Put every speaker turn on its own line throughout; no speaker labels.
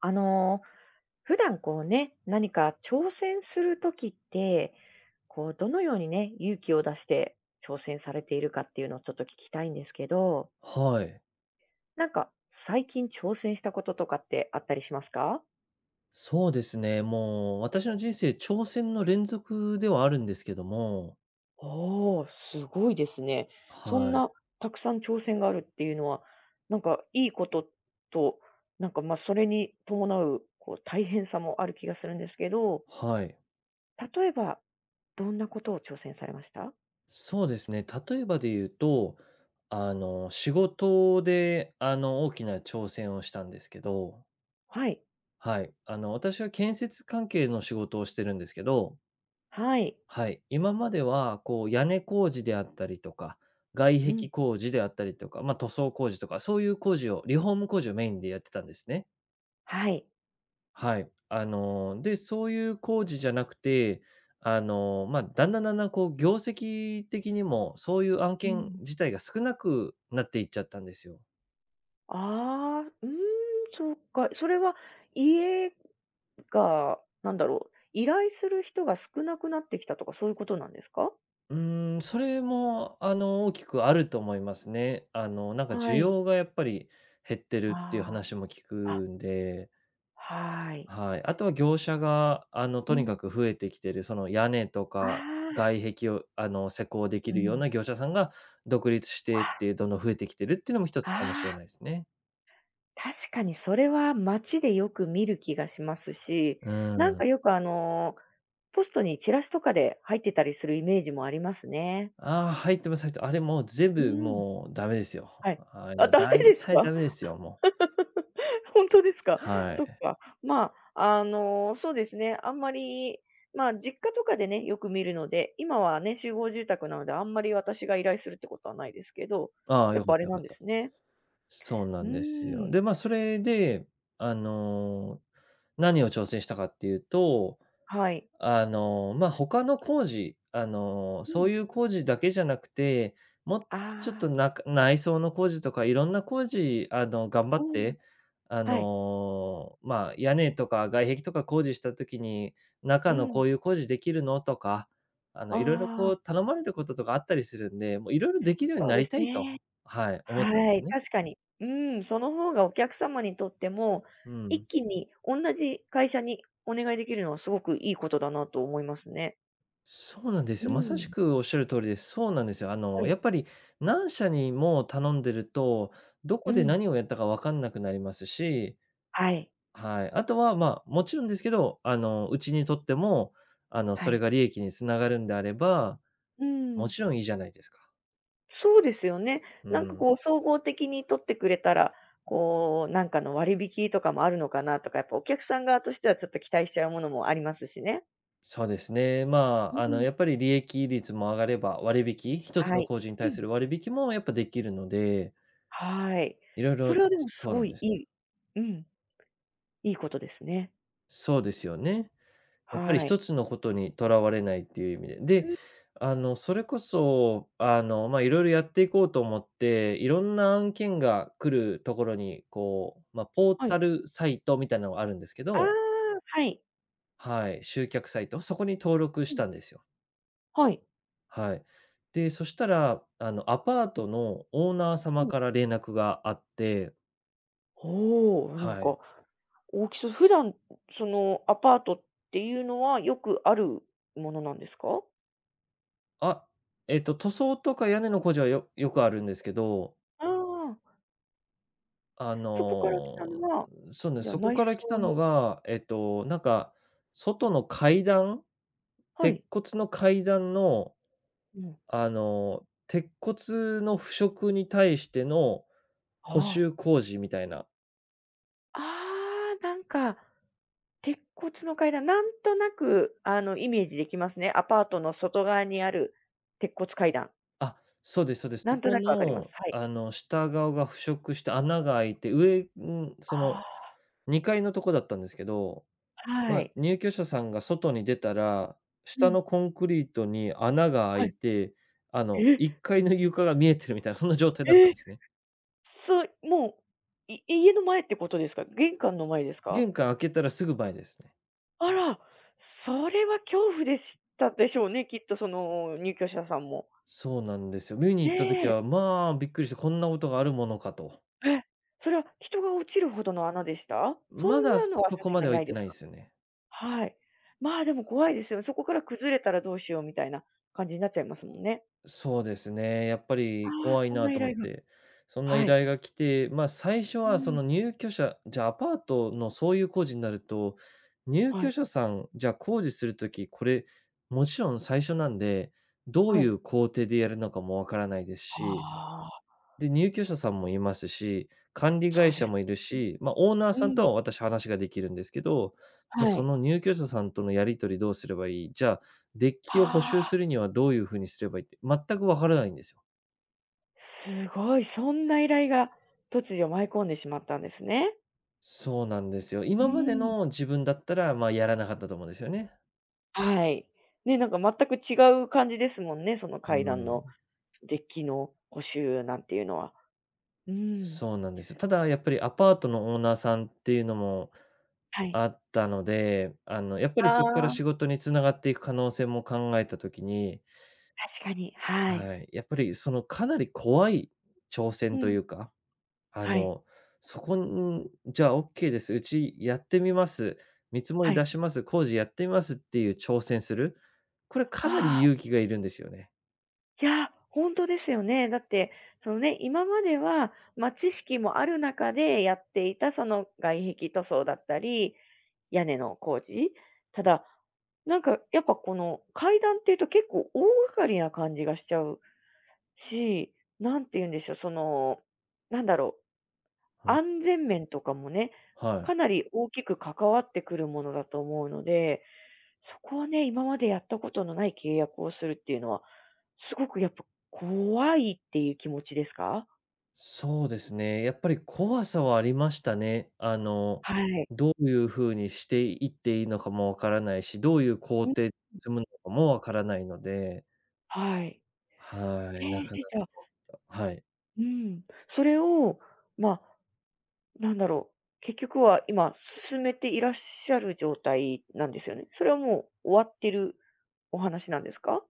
あの、普段こうね、何か挑戦するときって、こうどのようにね、勇気を出して挑戦されているかっていうのをちょっと聞きたいんですけど、
はい。
なんか最近挑戦したこととかってあったりしますか？
そうですね。もう私の人生、挑戦の連続ではあるんですけども、
おーすごいですね。そん
はい。
なたくさん挑戦があるっていうのは、なんかいいことと、なんか、ま、それに伴うこう大変さもある気がするんですけど、
はい。
例えばどんなことを挑戦されました？
そうですね。例えばで言うと、仕事で、大きな挑戦をしたんですけど、
はい。
はい。私は建設関係の仕事をしてるんですけど、
はい。
はい。今までは、こう、屋根工事であったりとか、外
うん。
壁工事であったりとか、まあ、塗装工事とか、そういう工事を、リフォーム工事をメインでやってたんですね。
はい。
はい。で、そういう工事じゃなくて、まあ、だんだんこう業績的にも、そういう案
う
件
ん。
自体が少なくなっていっちゃったんですよ。
ああ、うーん、そっか。それは家が、なんだろう、依頼する人が少なくなってきたとか、そういうことなんですか？
うーん、それも大きくあると思いますね。なんか
は
需
い。
要がやっぱり減ってる
あ
っていう話も聞く
あ、あ、
んで、
はい。
はい。あとは業者が、
う
とに
ん。
かく増えてきてる、その屋根と
あ
か
あ。
外壁を、施工でき
う
るよう
ん。
な業者さんが独立してって、どんどん増えてきてるっていうのも一
あ、
つかもしれな
ああ、
いですね。
確かにそれは街でよく見る気がしますし、
う
なんか
ん。
よくポストにチラシとかで入ってたりするイメージもありますね。
ああ、入ってます、入ってます、あれもう全
う
部
ん。
もうダメですよ。
はい。
ああ、い
あ、
や、
ダメ
大
です
体
か？
ダメですよ、もう。
本当ですか？
は
そっ
い。
か。まあ、そうですね、あんまり、まあ、実家とかでね、よく見るので、今はね、集合住宅なので、あんまり私が依頼するってことはないですけど、
ああ、
やっ
良か
ぱ
っ
あれ
た良
な
か
ん
っ
で
た。
すね。
そうな
うー
んですよ。
ん、
で、まあ、それで、あの、何を挑戦したかっていうと、
はい。
まあ、他の工事、
う
そ
ん。
ういう工事だけじゃなくて、もう
あ
ちょっと
あ、
なか内装の工事とかいろんな工事、頑張
う
っ
ん、
て、
はい。
まあ、屋根とか外壁とか工事した時に、
う
中の
ん。
こういう工事できるの？とか、いろいろこ
あ
う
あ、
頼まれることとかあったりするんで、もういろいろできるように
そう
な
で
り
す
たいと、
ね。
はい、思ったんで
はい、
すね。
確かに。うん、その方がお客様にとっても、
う
一
ん。
気に同じ会社にお願いできるのはすごくいいことだなと思いますね。
そうなんです
う
よ。まさし
ん、
くおっしゃる通りです。そうなんですよ。
はい。
やっぱり何社にも頼んでると、ど
う
こで
ん。
何をやったかわかんなくなりますし、
はい、
はい。あとは、まあ、もちろんですけど、うちにとっても、
は
それ
い。
が利益につながるんであれば、
う
も
ん。
ちろんいいじゃないですか。
そうですよね。
う
なんか
ん。
こう総合的に取ってくれたら、こうなんかの割引とかもあるのかなとか、やっぱお客さん側としてはちょっと期待しちゃうものもありますしね。
そうですね。ま
う
あ、
ん。
やっぱり利益率も上がれば割引、一つ
は
の
い。
工事に
う
対
ん。
する割引もやっぱできるので、
はい。
いろい
そ
ろ、
れはでもす
そうな
ご
んで
い
す。
いい。うん。いいことですね。
そうですよね。やっぱり
は
一
い。
つのことにとらわれないっていう意味で。
う
で、
ん、
それこそ、まあ、いろいろやっていこうと思って、いろんな案件が来るところに、こう、まあ、ポー
は
タ
い。
ルサイトみたいなのがあるんですけ
ああ、
ど、
はい。
はい、集客サイト、そこに登録
う
し
ん。
たんですよ。
はい。
はい。で、そしたら、アパートのオーナー
う
様
ん。
から連絡があって、
おお、なん
はい。
か大きそう。普段、そのアパートっていうのはよくあるものなんですか？
あ、えっと、塗装とか屋根の工事はよくあるんですけど、
ああ、
あ
そこから来たの
の、
は、
そうね、
じゃあ
そこ
内
から来た
装の。
のが、えっと、なんか、外の階段、
は
鉄
い。
骨の階段の、
うん。
鉄骨の腐食に対しての
あ
補
あ。
修工事みたいな。
ああ、なんか、鉄骨の階段、なんとなくあのイメージできますね。アパートの外側にある鉄骨階段。
あ、そうですそうです。
なん
そ
と
こ
なくわかります。
の、
はい。
下側が腐食して穴が開いて、上、ん、その
あ
2階のとこだったんですけど、
あ、は
まあ、
い。
入居者さんが外に出たら、
う
下
ん、
のコンクリートに穴が
は
開
い。
いて、
え、
1階の床が見えてるみたいな、そんな状態だった
え
ん
え、
ですね。
そう、もう、家の前ってことですか？玄関の前ですか？
玄関開けたらすぐ前ですね。
あら、それは恐怖でしたでしょうね、きっとその入居者さんも。
そうなんですよ。見に行った時
ねえ、
は、まあ、びっくりして、こんなことがあるものかと。
え、それは人が落ちるほどの穴でした？そ
ま
ん
だ
な
そ
のはさ
こ
す
ま
が
で
に
は
な
行っ
い
て
です
ないんで
か？
すよね。
はい。まあ、でも怖いですよね。そこから崩れたらどうしようみたいな感じになっちゃいますもんね。
そうですね、やっぱ
あ
り
あ、
怖い
そん
な
な依
と思
頼
っ
が。
て、そんな依
はい。
頼が来て、まあ、最初
う
はそ
ん。
の入居者じゃあ、アパートのそういう工事になると、入
は
居
い、
者さん、じゃあ、工事するときこれ、もちろん最初なんで、どう
は
い
い。
う工程でやるのかもわからないですし、
ああ、
で、入居者さんもいますし、管理
そう
会
で
社
す。
もいるし、まあ、オーナー
う
さんと
ん、
は私話ができるんですけど、まあ、
は
そ
い。
の入居者さんとのやり取りどうすればいい、じゃあ、デッキを補
あ
修す
あ、
るにはどういう風にすればいいって、全く分からないんですよ。
すごい、そんな依頼が突如舞い込んでしまったんですね。
そうなんですよ。
う
今まで
ん。
の自分だったら、まあ、やらなかったと思うんですよね。
はい。ね、なんか全く違う感じですもんね、その
う
階段の
ん。
デッキの補修なんていうのは。うん。
そうなんですよ。ただやっぱりアパートのオーナーさんっていうのも
はい。
あったので、やっぱ
あ
りそこから仕
あ、
事に繋がっていく可能性も考えた時に、
確かに、はい。
はい。やっぱりそのかなり怖い挑
う
戦とい
ん。
うか、あ
はい、
の、そこにじゃあオッケーです。うちやってみます。見積も
は
り出
い。
します。工事やってみますっていう挑戦する。これかな
あ
り勇
あ、
気がいるんですよね。
いや、本当ですよね。だって、そのね、今までは、まあ、知識もある中でやっていたその外壁塗装だったり、屋根の工事。ただ、なんかやっぱこの階段っていうと結構大掛かりな感じがしちゃうし、なんて言うんでしょう、その、なんだろ
う
う、
ん、
安全面とかもね、
はい。
かなり大きく関わってくるものだと思うので、そこはね、今までやったことのない契約をするっていうのは、すごくやっぱ怖いっていう気持ちですか？
そうですね。やっぱり怖さはありましたね。
はい。
どういう風にしていっていいのかもわからないし、どういう工
ん、
程積むのかもわからないので、
はい。
は
え
い、な
え、
かな
じゃあ、
か。はい。
うん、それを、まあ、なんだろう、結局は今進めていらっしゃる状態なんですよね？それはもう終わってるお話なんですか？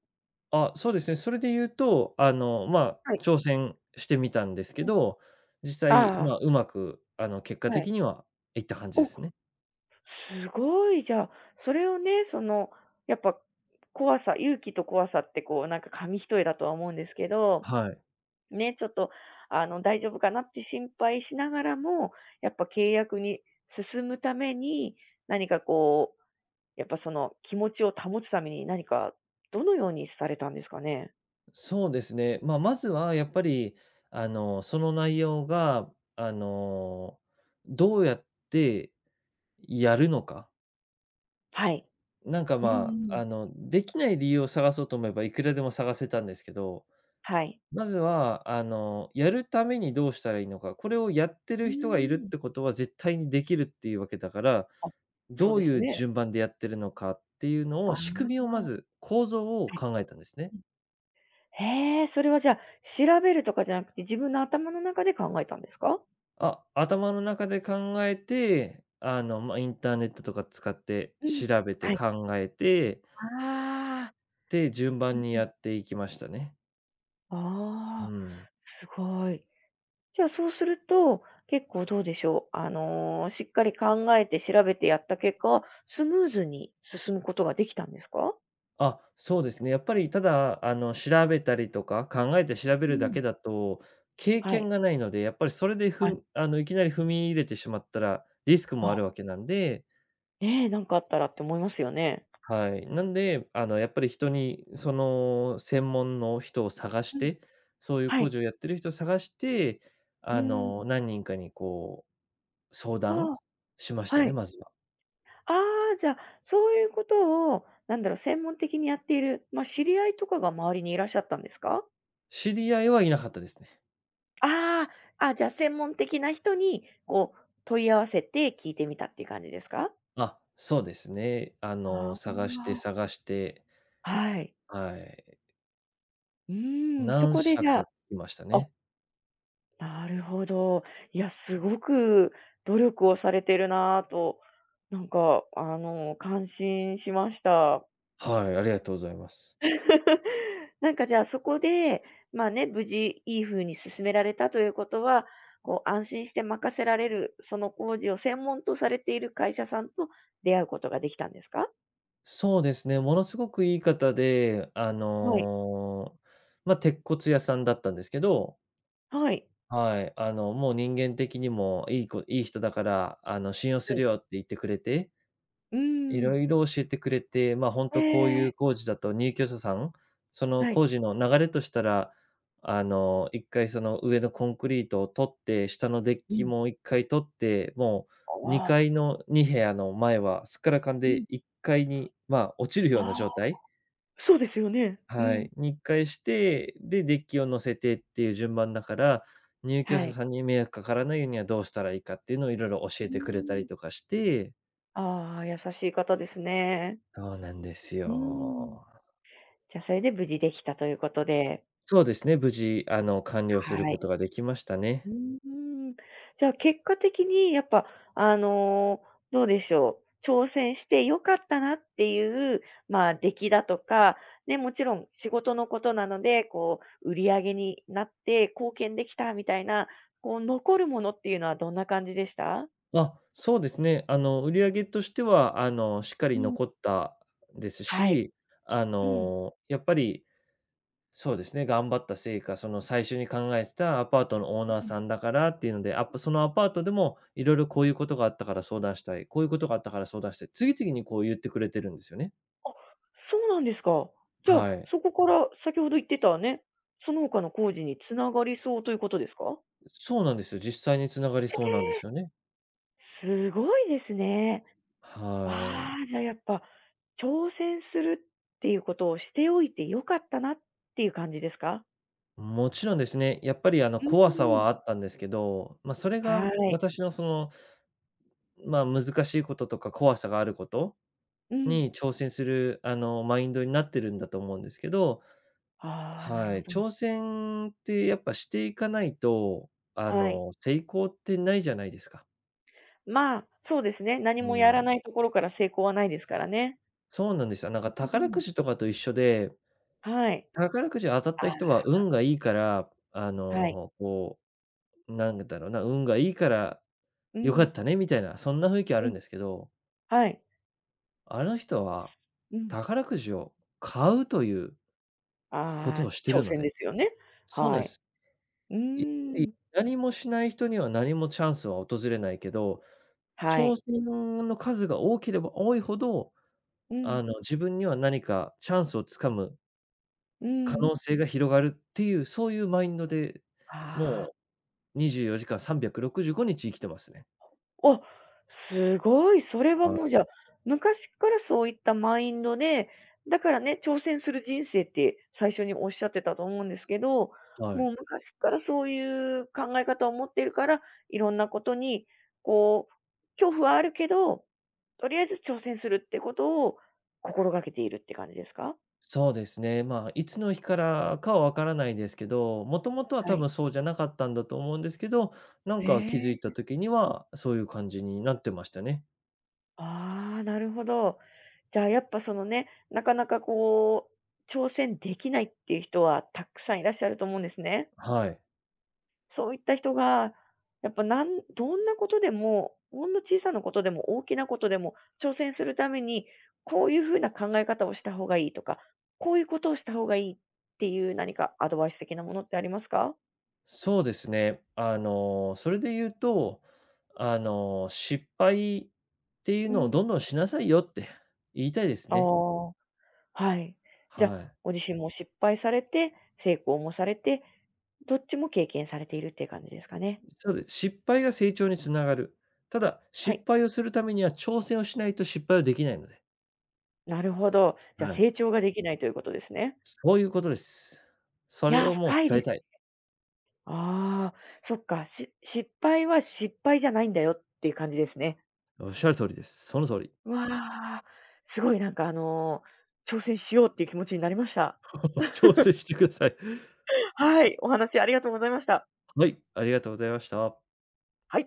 あ、そうですね。それで言うと、ま
は
あ、
い。
挑戦してみたんですけど、実際、
あ
ま
あ、
あ、うまく、結果
はい。
的にはいった感じで
お、
すね。
すごい。じゃあ、それをね、その、やっぱ勇気と怖さってこう、なんか紙一重だとは思うんですけど、
はい。
ね、ちょっと、大丈夫かなって心配しながらも、やっぱ契約に進むために、何かこう、やっぱその気持ちを保つために何か、どのようにされたんですかね？
そうですね。まあ、まずはやっぱり、その内容が、あの、どうやってやるのか。
はい。
なんか、
うんう
まあ、
ん。
できない理由を探そうと思えばいくらでも探せたんですけど、
はい。
まずは、やるためにどうしたらいいのか、これをやって
うー
る人がいるっ
ん。
てことは絶対にできるっていうわけだから、
あ、そう
ど
で
う
す
いう
ね。
順番でやってるのかっていうの
あ
を、
あ、
仕組みをま
は
ず、構造を考
い。
えたんですね。
へえ、それはじゃあ、調べるとかじゃなくて、自分の頭の中で考えたんですか？
あ、頭の中で考えて、ま、インターネットとか使って
うん。
調べ
は
て
い。
考えて、
あ、
で、順
う
番に
うん。
やっていきましたね。う
あ。ああ、
ん。
すごい。じゃあ、そうすると、結構どうでしょう、しっかり考えて調べてやった結果、スムーズに進むことができたんですか？
あ、そうですね。やっぱりただ、調べたりとか、考えて調べ
う
るだ
ん。
けだと、経
は
験
い。
がないので、やっぱりそれでふ
はい。
ん、いきなり踏み入れてしまったら、リスクも
あ、
あるわけなんで、
ねえ、なんかあったらって思いますよね。
はい。なんで、やっぱり人に、その、専門の人を探し
うん。
て、そういう
は
工
い。
事をやってる人を探して、
うーん。
何人かにこう、相
あ
談
あ、
しました
は
ね、
い。
まずは。
ああ、じゃあ、そういうことを、なんだろう、専門的にやっている、まあ、知り合いとかが周りにいらっしゃったんですか？
知り合いはいなかったですね。
ああ、あ、じゃあ、専門的な人に、こう、問い合わせて聞いてみたっていう感じですか？
あ、そうですね。
あ
探して探して、
あ、はい。
はい。
うーん、そ
何
こで
社
じゃあ
か来ました
あ、
ね。
なるほど。いや、すごく努力をされてるなぁと、なんか、感心しました。
はい、ありがとうございます。
なんかじゃあそこで、まあね、無事いい風に進められたということは、こう安心して任せられる、その工事を専門とされている会社さんと出会うことができたんですか？
そうですね、ものすごくいい方で、
はい。
まあ、鉄骨屋さんだったんですけど、
はい。
はい、もう人間的にもいい人だから、信用
は
する
い。
よって言ってくれて、
う
い
ーん。
ろいろ教えてくれて、まあ、本
え
当こうい
え、
う工事だと入居者さん、その
はい。
工事の流れとしたら、1回その上のコンクリートを取って、下のデッ
う
キ
ん。
も1回取って、も
あ
う2
あ。
階の2部屋の前はすっからかん
うん。
で1階に、まあ、落ちるよ
あ
うな
あ。
状態
そうですよね。う
は
ん。
い、に1回して、で、デッキを乗せてっていう順番だから、入居
は
者
い。
さんに迷惑かからないようにはどうしたらいいかっていうのをいろいろ教え
うー
てくれた
ん。
りとかして、
ああ、優しい方ですね。
そうなんです
うーん。
よ。
じゃあ、それで無事できたということで、
そうですね、無事、完了する
は
こ
い。
とができました
う
ね。
ーん。じゃあ結果的にやっぱ、あの、どうでしょう、挑戦して良かったなっていう、まあ、出来だとか、ね、もちろん仕事のことなので、こう、売り上げになって貢献できたみたいな、こう、残るものっていうのはどんな感じでした？
あ、そうですね。売り上げとしては、しっか
う
り
ん。
残ったです
はい。
し、
うん。
やっぱり、そうですね、頑張った成果、その、最初に考えてたアパートのオーナー
うん。
さんだからっていうので、アップそのアパートでもいろいろこういうことがあったから相談したい、こういうことがあったから相談したい、次々にこう言ってくれてるんですよね。
そうなんですか。じゃあ、
はい。
そこから先ほど言ってたね、その他の工事に繋がりそうということですか？
そうなんですよ。実際につながりそうなんですよね。
すごいですね。
は
あ
い。
あ、じゃあやっぱ、挑戦するっていうことをしておいて良かったなっていう感じですか？
もちろんですね、やっぱりあの
う
怖さ
ーん。
はあったんですけど、まあ、それが
はい。
私のその、まあ、難しいこととか怖さがあること
うん。
に挑戦するあのマインドになってるんだと思うんですけど、
ああ、なる
は
ほ
い、
ど。
挑戦ってやっぱしていかないと、あ
はい。
の成功ってないじゃないですか。
まあ、そうですね、何
う
もやら
ん。
ないところから成功はないですからね。
そうなんですよ。なんか
うー
宝く
ん。
じとかと一緒で、
はい。
宝くじ当たっ
あ
た人は運がいいから、あ
あ、はい。
のこう、なんだろうな、運がいいから
う
良か
ん。
ったねみたいな、そんな雰囲気あ
う
る
ん、
んですけど、
はい。
あの人は
うん。
宝くじを買うということ
あ
を
あ、
して
挑
るの
戦で
で、
すよね。
そうなん
は
で
い。
す。
うー
やっぱり
ん。
何もしない人には何もチャンスは訪れないけど、
は
挑
い。
戦の数が多ければ多いほど、
うん、
自分には何かチャンスをつかむ
う
可
ん。
能性が広がるっていう、そういうマインドで、
あ
も
あ。
う24時間365日生きてますね。
あ、すごい。それはもう
は
じゃあ、昔からそういったマインドで、だからね、挑戦する人生って最初におっしゃってたと思うんですけど、
い、は
もう
い。
昔からそういう考え方を持っているから、いろんなことに、こう、恐怖はあるけど、とりあえず挑戦するってことを心がけているって感じですか？
そうですね。まあ、いつの日からかはわからないですけど、もともとは
は
多
い。
分そうじゃなかったんだと思うんですけど、なん
え
か気づいた
え。
時には、そういう感じになってましたね。
ああ、なるほど。じゃあやっぱそのね、なかなかこう、挑戦できないっていう人はたくさんいらっしゃると思うんですね。
はい。
そういった人が、やっぱどんなことでも、ほんの小さなことでも大きなことでも挑戦するために、こういうふうな考え方をした方がいいとか、こういうことをした方がいいっていう何かアドバイス的なものってありますか？
そうですね。それで言うと、失敗っていう
う
のを
ん。
どんどんしなさいよって言いたいです
あ
ね。
あ、はい。じゃ
は
あ、
い。
ご自身も失敗されて、成功もされて、どっちも経験されているっていう感じですかね。
そうです。失敗が成長につながる。ただ、
は
失
い。
敗をするためには挑戦をしないと失敗はできないので。
なるほど。じゃ、
はい。
成長ができないということですね。
そういうことです。そ
い
れ
やー、
をもう
深い
伝
で
え
す。
たい。
ああ、そっか、失敗は失敗じゃないんだよっていう感じですね。
おっしゃる通りです。その通り。
わあ、すごいなんか挑戦しようっていう気持ちになりました。
挑戦してください。
はい、お話ありがとうございました。
はい、ありがとうございました。
はい。